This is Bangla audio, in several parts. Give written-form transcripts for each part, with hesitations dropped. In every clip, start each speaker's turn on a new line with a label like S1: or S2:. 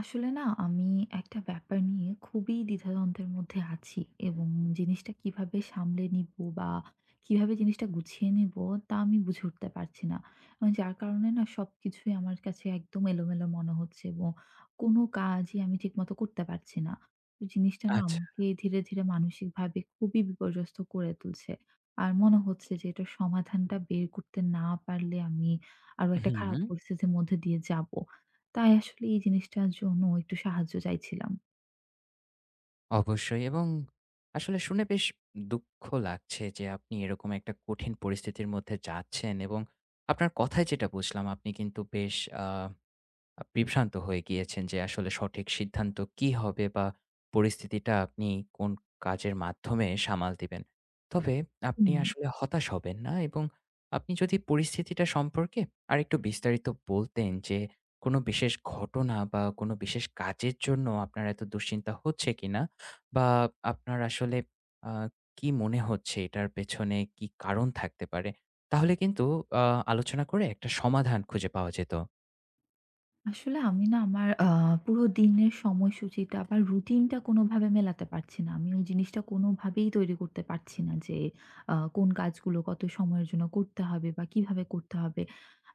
S1: আসলে না আমি একটা ব্যাপার নিয়ে খুবই দ্বিধাদ্বন্দ্বের মধ্যে আছি এবং জিনিসটা কিভাবে সামলে নিব বা কিভাবে জিনিসটা গুছিয়ে নিব তা আমি বুঝে উঠতে পারছি না। এবং যার কারণে না সবকিছুই আমার কাছে একদম এলোমেলো মনে হচ্ছে এবং কোনো কাজই আমি ঠিকমতো করতে পারছি না। তো জিনিসটা না
S2: আচ্ছা।
S1: আমাকে ধীরে ধীরে মানসিকভাবে খুবই বিপর্যস্ত করে তুলছে। আর মনে হচ্ছে যে এটার সমাধানটা বের করতে না পারলে আমি আরো একটা খারাপ
S2: হুম,
S1: পরিস্থিতির মধ্যে দিয়ে যাব। তাই আসলে এই জিনিসটার জন্য একটু সাহায্য চাইছিলাম।
S2: অবশ্যই এবং আসলে শুনে বেশ দুঃখ লাগছে যে আপনি এরকম একটা কঠিন পরিস্থিতির মধ্যে যাচ্ছেন এবং আপনার কথায় যেটা বুঝলাম আপনি কিন্তু বেশ আ আ বিভ্রান্ত হয়ে গিয়েছেন যে আসলে সঠিক সিদ্ধান্ত কি হবে বা পরিস্থিতিটা আপনি কোন কাজের মাধ্যমে সামাল দিবেন। তবে আপনি
S1: হুম।
S2: আসলে হতাশ হবেন না এবং আপনি যদি পরিস্থিতিটা সম্পর্কে আরেকটু বিস্তারিত বলতেন যে কোনো বিশেষ ঘটনা বা কোনো বিশেষ কাজের জন্য আপনার এত দুশ্চিন্তা হচ্ছে কিনা? বা আপনার আসলে আ কি মনে হচ্ছে এটার পেছনে কি কারণ থাকতে পারে? তাহলে কিন্তু আ আলোচনা করে একটা সমাধান খুঁজে পাওয়া যেত।
S1: আসলে আমি না আমার পুরো দিনের সময়সূচিটা বা রুটিনটা কোনোভাবে মেলাতে পারছি না। আমি ওই জিনিসটা কোনোভাবেই তৈরি করতে পারছি না যে কোন কাজগুলো কত সময়ের জন্য করতে হবে বা কিভাবে করতে হবে।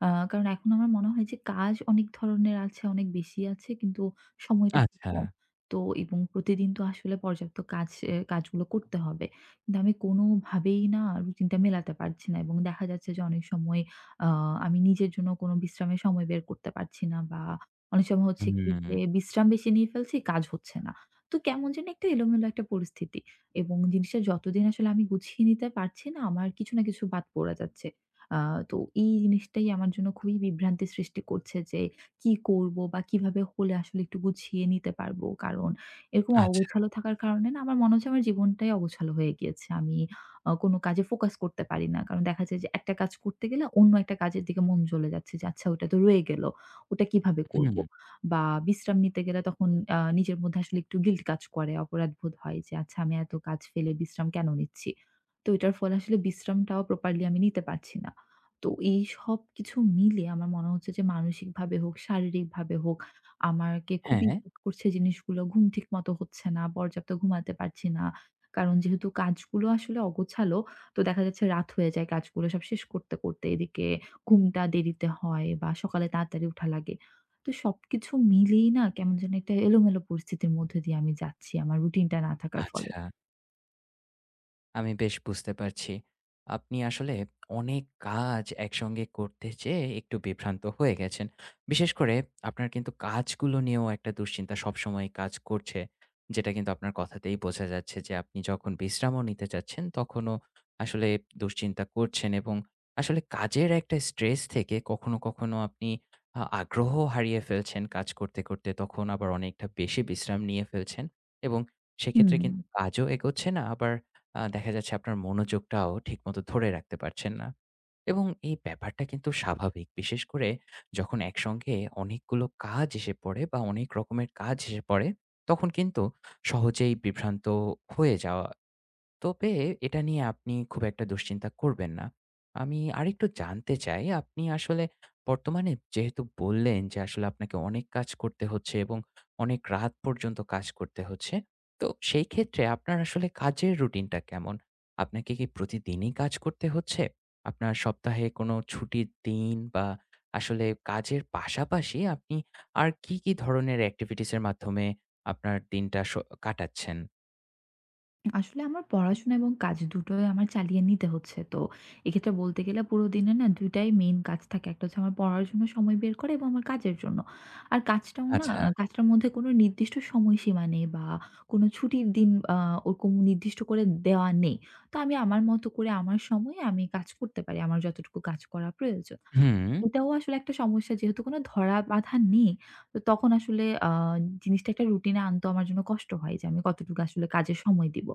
S1: কারণ এখন আমার মনে হয় যে কাজ অনেক ধরনের আছে, অনেক বেশি আছে কিন্তু সময়টা খুব
S2: আচ্ছা।
S1: কম। তো এবং প্রতিদিন তো আসলে পর্যাপ্ত কাজ এ কাজগুলো করতে হবে। কিন্তু আমি কোনোভাবেই না রুটিনটা মেলাতে পারছি না এবং দেখা যাচ্ছে যে অনেক সময় আ আমি নিজের জন্য কোনো বিশ্রামের সময় বের করতে পারছি না বা অনেক সময় হচ্ছে কি
S2: হুম,
S1: যে বিশ্রাম বেশি নিয়ে ফেলছি, কাজ হচ্ছে না। তো কেমন যেন একটা এলোমেলো একটা পরিস্থিতি। এবং জিনিসটা যতদিন আসলে আমি গুছিয়ে নিতে পারছি না, আমার কিছু না কিছু বাদ পড়ে যাচ্ছে। আ তো এই জিনিসটাই আমার জন্য খুবই বিভ্রান্তি সৃষ্টি করছে যে কি করব বা কিভাবে হলে আসলে একটু গুছিয়ে নিতে পারবো। কারণ এরকম
S2: আচ্ছা,
S1: অগোছালো থাকার কারণে না আমার মনে হচ্ছে আমার জীবনটাই অগোছালো হয়ে গিয়েছে। আমি কোনো কাজে ফোকাস করতে পারি না। কারণ দেখা যায় যে একটা কাজ করতে গেলে অন্য একটা কাজের দিকে মন চলে যাচ্ছে যে, "আচ্ছা ওটা তো রয়ে গেল। ওটা কিভাবে করব?"
S2: হুম,
S1: বা বিশ্রাম নিতে গেলে তখন নিজের মধ্যে আসলে একটু গিল্ট কাজ করে, অপরাধবোধ হয় যে, "আচ্ছা আমি এত কাজ ফেলে বিশ্রাম কেন নিচ্ছি?" তো এটার ফলে আসলে বিশ্রামটাও প্রপারলি আমি নিতে পারছি না। তো এই সবকিছু মিলিয়ে আমার মনে হচ্ছে যে মানসিকভাবে হোক, শারীরিকভাবে হোক আমাকে খুবই
S2: হ্যাঁ,
S1: ইফেক্ট করছে জিনিসগুলো। ঘুম ঠিকমতো হচ্ছে না, পর্যাপ্ত ঘুমাতে পারছি না। কারণ যেহেতু কাজগুলো আসলে অগোছালো, তো দেখা যাচ্ছে রাত হয়ে যায় কাজগুলো সব শেষ করতে, করতে। এদিকে ঘুমটা দেরিতে হয় বা সকালে তাড়াতাড়ি উঠা লাগে। তো সবকিছু মিলিয়েই না কেমন যেন একটা এলোমেলো পরিস্থিতির মধ্যে দিয়ে আমি যাচ্ছি আমার রুটিনটা না থাকার ফলে।
S2: আচ্ছা। আমি বেশ বুঝতে পারছি। আপনি আসলে অনেক কাজ একসঙ্গে করতে যেয়ে একটু বিভ্রান্ত হয়ে গেছেন। বিশেষ করে আপনার কিন্তু কাজগুলো নিয়েও একটা দুশ্চিন্তা সবসময় কাজ করছে। যেটা কিন্তু আপনার কথাতেই বোঝা যাচ্ছে যে আপনি যখন বিশ্রামও নিতে চাচ্ছেন তখনও আসলে দুশ্চিন্তা করছেন এবং আসলে কাজের একটা স্ট্রেস থেকে কখনো, কখনো আপনি আগ্রহ হারিয়ে ফেলছেন কাজ করতে, করতে। তখন আবার অনেকটা বেশি বিশ্রাম নিয়ে ফেলছেন এবং সেক্ষেত্রে
S1: হুম।
S2: কিন্তু কাজও এগোচ্ছে না আবার দেখা যাচ্ছে আপনার মনোযোগটাও ঠিকমতো ধরে রাখতে পারছেন না। এবং এই ব্যাপারটা কিন্তু স্বাভাবিক। বিশেষ করে যখন একসঙ্গে অনেকগুলো কাজ এসে পড়ে বা অনেক রকমের কাজ এসে পড়ে, তখন কিন্তু সহজেই বিভ্রান্ত হয়ে যাওয়া। তবে এটা নিয়ে আপনি খুব একটা দুশ্চিন্তা করবেন না। আমি আরেকটু জানতে চাই, আপনি আসলে বর্তমানে যেহেতু বললেন যে আসলে আপনাকে অনেক কাজ করতে হচ্ছে এবং অনেক রাত পর্যন্ত কাজ করতে হচ্ছে। তো সেই ক্ষেত্রে আপনার আসলে কাজের রুটিনটা কেমন? আপনাকে কি প্রতিদিনই কাজ করতে হচ্ছে? আপনার সপ্তাহে কোনো ছুটির দিন বা আসলে কাজের পাশাপাশি আপনি আর কি, কি ধরনের activities এর মাধ্যমে আপনার দিনটা কাটাচ্ছেন?
S1: আসলে আমার পড়াশোনা এবং কাজ দুটোই আমার চালিয়ে নিতে হচ্ছে। তো এক্ষেত্রে বলতে গেলে পুরো দিনে না ২ টাই মেইন কাজ থাকে। একটা হচ্ছে আমার পড়ার জন্য সময় বের করা এবং আমার কাজের জন্য। আর কাজটাও না
S2: আচ্ছা,
S1: কাজটার মধ্যে কোনো নির্দিষ্ট সময়সীমা নেই বা কোনো ছুটির দিন আ ওরকম নির্দিষ্ট করে দেওয়া নেই। তো আমি আমার মতো করে আমার সময়ে আমি কাজ করতে পারি। আমার যতটুকু কাজ করা প্রয়োজন।
S2: হুম।
S1: এটাও আসলে একটা সমস্যা যেহেতু কোনো ধরা বাঁধা নেই। তো তখন আসলে জিনিসটা একটা রুটিন এ আনতেও আমার জন্য কষ্ট হয় যে আমি কতটুকু আসলে কাজে সময় দিব।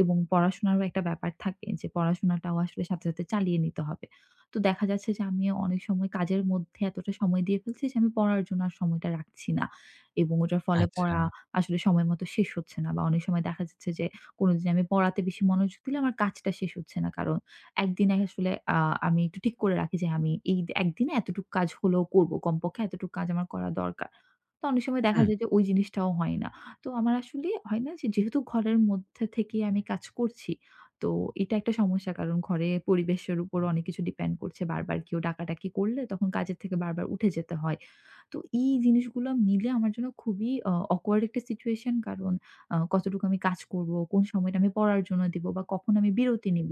S1: এবং পড়াশোনারও একটা ব্যাপার থাকে যে পড়াশোনাটাও আসলে সাথে, সাথে চালিয়ে নিতে হবে। তো দেখা যাচ্ছে যে আমি অনেক সময় কাজের মধ্যে এতটা সময় দিয়ে ফেলছি যে আমি পড়ার জন্য আর সময়টা রাখছি না। এবং ওটার ফলে
S2: আচ্ছা।
S1: পড়া আসলে সময় মতো শেষ হচ্ছে না বা অনেক সময় দেখা যাচ্ছে যে কোনদিন আমি পড়াতে বেশি মনোযোগ দিলে আমার কাজটা শেষ হচ্ছে না। কারণ একদিন আসলে আমি একটু ঠিক করে রাখি যে আমি এই একদিনে এতটুকু কাজ হলেও করব। কমপক্ষে এতটুকু কাজ আমার করা দরকার। তো অনেক সময় দেখা
S2: হুম,
S1: যায় যে ওই জিনিসটাও হয় না। তো আমার আসলে হয় না যে যেহেতু ঘরের মধ্যে থেকেই আমি কাজ করছি, তো এটা একটা সমস্যা। কারণ ঘরে পরিবেশের উপর অনেক কিছু ডিপেন্ড করছে। বারবার কেউ ডাকাডাকি করলে তখন কাজের থেকে বারবার উঠে যেতে হয়। তো এই জিনিসগুলো মিলে আমার জন্য খুবই awkward একটা সিচুয়েশন। কারণ কতটুকু আমি কাজ করব, কোন সময়টা আমি পড়ার জন্য দিব বা কখন আমি বিরতি নিব,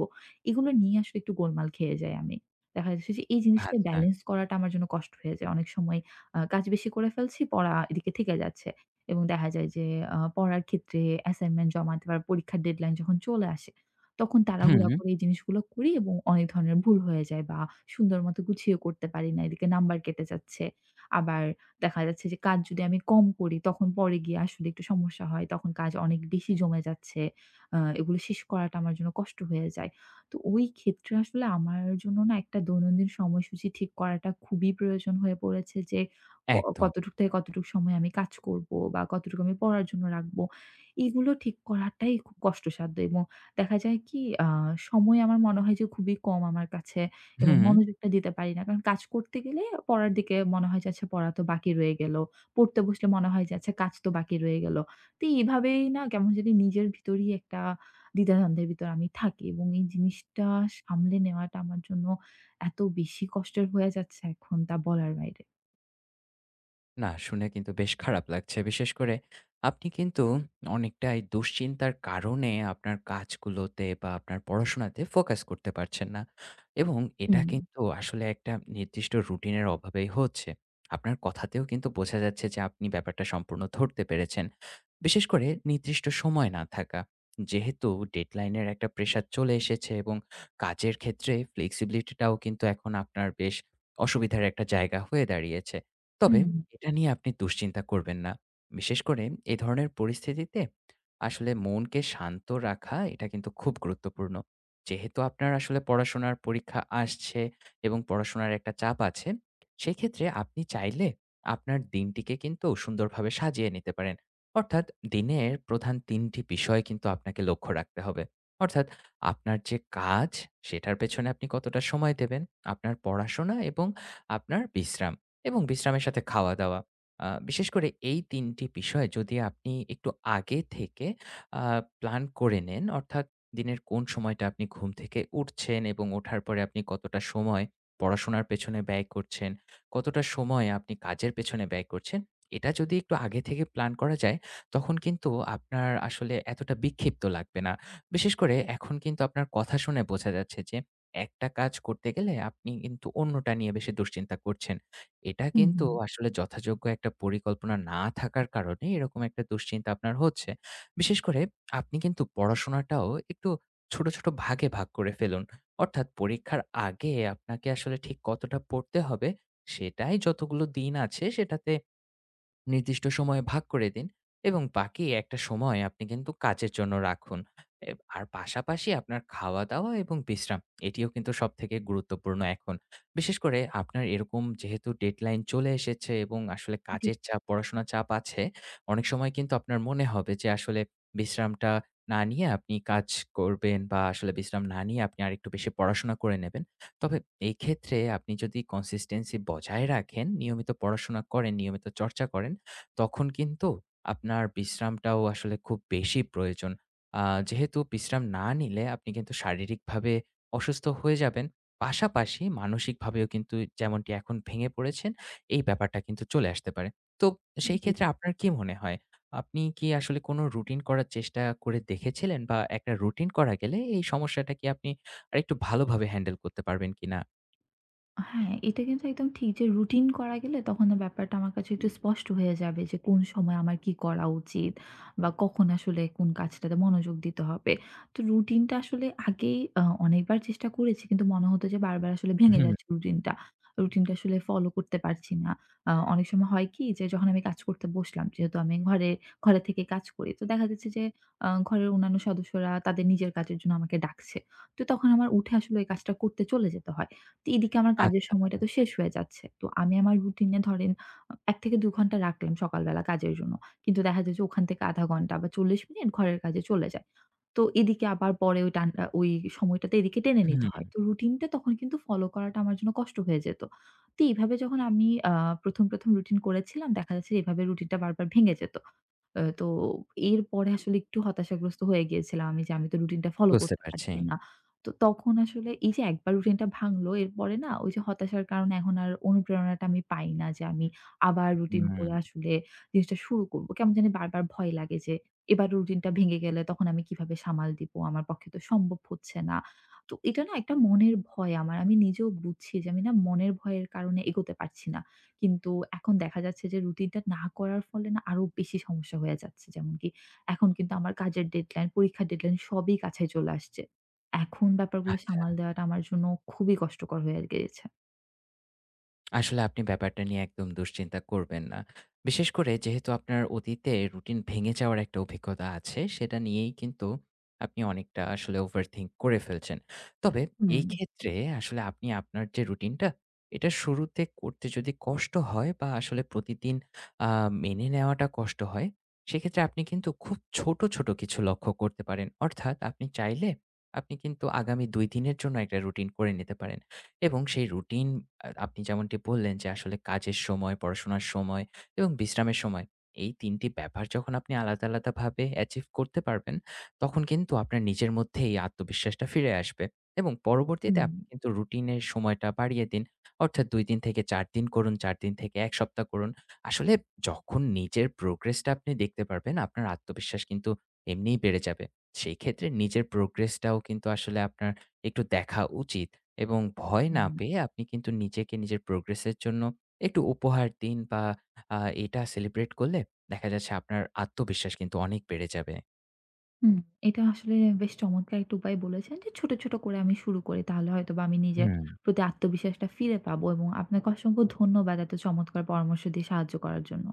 S1: এগুলো নিয়ে আসলে একটু গোলমাল খেয়ে যাই আমি। দেখা যাচ্ছে যে এই জিনিসটা
S2: আচ্ছা।
S1: ব্যালেন্স করাটা আমার জন্য কষ্ট হয়ে যায়। অনেক সময় কাজ বেশি করে ফেলছি, পড়া এদিকে থেকে যাচ্ছে। এবং দেখা যায় যে পড়ার ক্ষেত্রে অ্যাসাইনমেন্ট জমা দেওয়ার পরীক্ষার ডেডলাইন যখন চলে আসে, তখন তাড়াহুড়া
S2: হুম,
S1: করে এই জিনিসগুলো করি এবং অনেক ধরনের ভুল হয়ে যায় বা সুন্দর মতো গুছিয়ে করতে পারি না। এদিকে নাম্বার কেটে যাচ্ছে। আবার দেখা যাচ্ছে যে কাজ যদি আমি কম করি তখন পরে গিয়ে আসলে একটু সমস্যা হয়। তখন কাজ অনেক বেশি জমে যাচ্ছে। এগুলো শেষ করাটা আমার জন্য কষ্ট হয়ে যায়। তো ওই ক্ষেত্রে আসলে আমার জন্য না একটা দৈনন্দিন সময়সূচি ঠিক করাটা খুবই প্রয়োজন হয়ে পড়েছে যে ক
S2: একদম।
S1: কতটুক থেকে কতটুক সময় আমি কাজ করব বা কতটুকু আমি পড়ার জন্য রাখবো। এগুলো ঠিক করাটাই খুব কষ্টসাধ্য এবং দেখা যায় কি সময় আমার মনে হয় যে খুবই কম আমার কাছে। এবং
S2: হুম।
S1: মনোযোগটা দিতে পারি না। কারণ কাজ করতে গেলে পড়ার দিকে মনে হয় যে আচ্ছা পড়া তো বাকি রয়ে গেল। পড়তে বসলে মনে হয় যে আচ্ছা কাজ তো বাকি রয়ে গেল। তো এইভাবেই না কেমন জানি নিজের ভিতরেই একটা দ্বিধাদ্বন্দ্বের ভিতর আমি থাকি এবং এই জিনিসটা সামলে নেওয়াটা আমার জন্য এত বেশি কষ্টের হয়ে যাচ্ছে এখন তা বলার বাইরে।
S2: না, শুনে কিন্তু বেশ খারাপ লাগছে। বিশেষ করে আপনি কিন্তু অনেকটাই দুশ্চিন্তার কারণে আপনার কাজগুলোতে বা আপনার পড়াশোনাতে ফোকাস করতে পারছেন না। এবং এটা
S1: হুম,
S2: কিন্তু আসলে একটা নির্দিষ্ট রুটিনের অভাবেই হচ্ছে। আপনার কথাতেও কিন্তু বোঝা যাচ্ছে যে আপনি ব্যাপারটা সম্পূর্ণ ধরতে পেরেছেন। বিশেষ করে নির্দিষ্ট সময় না থাকা। যেহেতু ডেডলাইন এর একটা প্রেশার চলে এসেছে এবং কাজের ক্ষেত্রে ফ্লেক্সিবিলিটি টাও কিন্তু এখন আপনার বেশ অসুবিধার একটা জায়গা হয়ে দাঁড়িয়েছে। তবে
S1: হুম, হুম,
S2: এটা নিয়ে আপনি দুশ্চিন্তা করবেন না। বিশেষ করে এ ধরনের পরিস্থিতিতে আসলে মনকে শান্ত রাখা এটা কিন্তু খুব গুরুত্বপূর্ণ। যেহেতু আপনার আসলে পড়াশোনার পরীক্ষা আসছে এবং পড়াশোনার একটা চাপ আছে, সেক্ষেত্রে আপনি চাইলে আপনার দিনটিকে কিন্তু সুন্দরভাবে সাজিয়ে নিতে পারেন। অর্থাৎ দিনের প্রধান ৩ টি বিষয় কিন্তু আপনাকে লক্ষ্য রাখতে হবে। অর্থাৎ আপনার যে কাজ সেটার পেছনে আপনি কতটা সময় দেবেন, আপনার পড়াশোনা এবং আপনার বিশ্রাম। এবং বিশ্রামের সাথে খাওয়া-দাওয়া। বিশেষ করে এই ৩ টি বিষয় যদি আপনি একটু আগে থেকে আ প্ল্যান করে নেন, অর্থাৎ দিনের কোন সময়টা আপনি ঘুম থেকে উঠছেন এবং ওঠার পরে আপনি কতটা সময় পড়াশোনার পেছনে ব্যয় করছেন, কতটা সময় আপনি কাজের পেছনে ব্যয় করছেন, এটা যদি একটু আগে থেকে প্ল্যান করা যায়, তখন কিন্তু আপনার আসলে এতটা বিক্ষিপ্ত লাগবে না। বিশেষ করে এখন কিন্তু আপনার কথা শুনে বোঝা যাচ্ছে যে, একটা কাজ করতে গেলে আপনি কিন্তু অন্যটা নিয়ে বেশি দুশ্চিন্তা করছেন। এটা
S1: হুম,
S2: কিন্তু
S1: হুম।
S2: আসলে যথাযোগ্য একটা পরিকল্পনা না থাকার কারণে এরকম একটা দুশ্চিন্তা আপনার হচ্ছে। বিশেষ করে আপনি কিন্তু পড়াশোনাটাও একটু ছোট, ছোট ভাগে ভাগ করে ফেলুন। অর্থাৎ পরীক্ষার আগে আপনাকে আসলে ঠিক কতটা পড়তে হবে, সেটাই যতগুলো দিন আছে সেটাতে নির্দিষ্ট সময়ে ভাগ করে দিন এবং বাকি একটা সময় আপনি কিন্তু কাজের জন্য রাখুন। এ আর পাশাপাশি আপনার খাওয়া-দাওয়া এবং বিশ্রাম এটিও কিন্তু সবথেকে গুরুত্বপূর্ণ এখন। বিশেষ করে আপনার এরকম যেহেতু ডেডলাইন চলে এসেছে এবং আসলে
S1: জি।
S2: কাজের চাপ, পড়াশোনার চাপ আছে, অনেক সময় কিন্তু আপনার মনে হবে যে আসলে বিশ্রামটা না নিয়ে আপনি কাজ করবেন বা আসলে বিশ্রাম না নিয়ে আপনি আরেকটু বেশি পড়াশোনা করে নেবেন। তবে এই ক্ষেত্রে আপনি যদি consistency বজায় রাখেন, নিয়মিত পড়াশোনা করেন, নিয়মিত চর্চা করেন তখন কিন্তু আপনার বিশ্রামটাও আসলে খুব বেশি প্রয়োজন। আ যেহেতু বিশ্রাম না নিলে আপনি কিন্তু শারীরিকভাবে অসুস্থ হয়ে যাবেন। পাশাপাশি মানসিকভাবেও কিন্তু যেমনটি এখন ভেঙে পড়েছেন, এই ব্যাপারটা কিন্তু চলে আসতে পারে। তো সেই
S1: জি।
S2: ক্ষেত্রে আপনার কি মনে হয়? আপনি কি আসলে কোনো রুটিন করার চেষ্টা করে দেখেছিলেন? বা একটা রুটিন করা গেলে এই সমস্যাটা কি আপনি আরেকটু ভালোভাবে হ্যান্ডেল করতে পারবেন কিনা?
S1: হ্যাঁ, এটা কিন্তু একদম ঠিক যে রুটিন করা গেলে তখন না ব্যাপারটা আমার কাছে একটু স্পষ্ট হয়ে যাবে যে কোন সময় আমার কি করা উচিত বা কখন আসলে কোন কাজটাতে মনোযোগ দিতে হবে। তো রুটিনটা আসলে আগেই অনেকবার চেষ্টা করেছি কিন্তু মনে হতো যে বারবার আসলে ভেঙে
S2: হুম,
S1: যাচ্ছে রুটিনটা। রুটিনটা আসলে ফলো করতে পারছি না। অনেক সময় হয় কি যে যখন আমি কাজ করতে বসলাম, যেহেতু আমি ঘরে ঘরে থেকে কাজ করি। তো দেখা যাচ্ছে যে ঘরের অন্যান্য সদস্যরা তাদের নিজের কাজের জন্য আমাকে ডাকছে। তো তখন আমার উঠে আসলে ওই কাজটা করতে চলে যেতে হয়। তো এদিকে আমার কাজের
S2: আচ্ছা।
S1: সময়টা তো শেষ হয়ে যাচ্ছে। তো আমি আমার রুটিনে ধরেন ১ থেকে ২ ঘন্টা রাখলাম সকালবেলা কাজের জন্য। কিন্তু দেখা যায় যে ওখান থেকে ০.৫ ঘন্টা বা ৪০ মিনিট ঘরের কাজে চলে যায়। তো এদিকে আবার পরে ওই টান ওই সময়টাতে এদিকে টেনে
S2: হুম,
S1: নিতে হয়। তো রুটিনটা তখন কিন্তু ফলো করাটা আমার জন্য কষ্ট হয়ে যেত। তো এইভাবে যখন আমি ১ম রুটিন করেছিলাম দেখা যাচ্ছে এভাবে রুটিনটা বারবার ভেঙে যেত। তো এরপরে আসলে একটু হতাশাগ্রস্ত হয়ে গিয়েছিলাম আমি যে আমি তো রুটিনটা ফলো
S2: বুঝতে
S1: করতে
S2: পারছি।
S1: পারছি না। তো তখন আসলে এই যে একবার রুটিনটা ভাঙলো এরপরে না ওই যে হতাশার কারণে এখন আর অনুপ্রেরণাটা আমি পাই না যে আমি আবার রুটিন
S2: হুম,
S1: করে আসলে জিনিসটা শুরু করব। কেমন জানি বারবার ভয় লাগে যে এবার রুটিনটা ভেঙে গেলে তখন আমি কিভাবে সামাল দিব? আমার পক্ষে তো সম্ভব হচ্ছে না। তো এটা না একটা মনের ভয় আমার। আমি নিজেও বুঝছি যে আমি না মনের ভয়ের কারণে এগোতে পারছি না। কিন্তু এখন দেখা যাচ্ছে যে রুটিনটা না করার ফলে না আরো বেশি সমস্যা হয়ে যাচ্ছে। যেমন কি এখন কিন্তু আমার কাজের ডেডলাইন, পরীক্ষার ডেডলাইন সবই কাছে চলে আসছে। এখন ব্যাপারগুলো
S2: আচ্ছা।
S1: সামাল দেওয়াটা আমার জন্য খুবই কষ্টকর হয়ে গিয়েছে।
S2: আসলে আপনি ব্যাপারটা নিয়ে একদম দুশ্চিন্তা করবেন না। বিশেষ করে যেহেতু আপনার অতীতে রুটিন ভেঙে যাওয়ার একটা অভিজ্ঞতা আছে, সেটা নিয়েই কিন্তু আপনি অনেকটা আসলে overthink করে ফেলছেন। তবে
S1: হুম,
S2: এই ক্ষেত্রে আসলে আপনি আপনার যে রুটিনটা, এটা শুরুতে করতে যদি কষ্ট হয় বা আসলে প্রতিদিন আ মেনে নেওয়াটা কষ্ট হয়, সেক্ষেত্রে আপনি কিন্তু খুব ছোট, ছোট কিছু লক্ষ্য করতে পারেন। অর্থাৎ আপনি চাইলে আপনি কিন্তু আগামী ২ দিনের জন্য একটা রুটিন করে নিতে পারেন। এবং সেই রুটিন আপনি যেমনটি বললেন যে আসলে কাজের সময়, পড়াশোনার সময় এবং বিশ্রামের সময় এই ৩ টি ব্যাপার যখন আপনি আলাদা, আলাদাভাবে অ্যাচিভ করতে পারবেন, তখন কিন্তু আপনার নিজের মধ্যে এই আত্মবিশ্বাসটা ফিরে আসবে এবং পরবর্তীতে
S1: হুম,
S2: আপনি কিন্তু রুটিনের সময়টা বাড়িয়ে দিন। অর্থাৎ ২ দিন থেকে ৪ দিন করুন, ৪ দিন থেকে ১ সপ্তাহ করুন। আসলে যখন নিজের প্রোগ্রেসটা আপনি দেখতে পারবেন, আপনার আত্মবিশ্বাস কিন্তু এমনিই বেড়ে যাবে। সেই ক্ষেত্রে নিজের প্রোগ্রেসটাও কিন্তু আসলে আপনার একটু দেখা উচিত। এবং ভয় না
S1: হুম,
S2: পেয়ে আপনি কিন্তু নিজেকে নিজের প্রোগ্রেসের জন্য একটু উপহার দিন বা আ এটা সেলিব্রেট করলে দেখা যাচ্ছে আপনার আত্মবিশ্বাস কিন্তু অনেক বেড়ে যাবে।
S1: হুম। এটা আসলে বেশ চমৎকার একটা উপায় বলেছেন যে ছোট, ছোট করে আমি শুরু করি। তাহলে হয়তোবা আমি নিজের
S2: হুম।
S1: প্রতি আত্মবিশ্বাসটা ফিরে পাবো এবং আপনাকে অসংখ্য ধন্যবাদ এত চমৎকার পরামর্শ দিয়ে সাহায্য করার জন্য।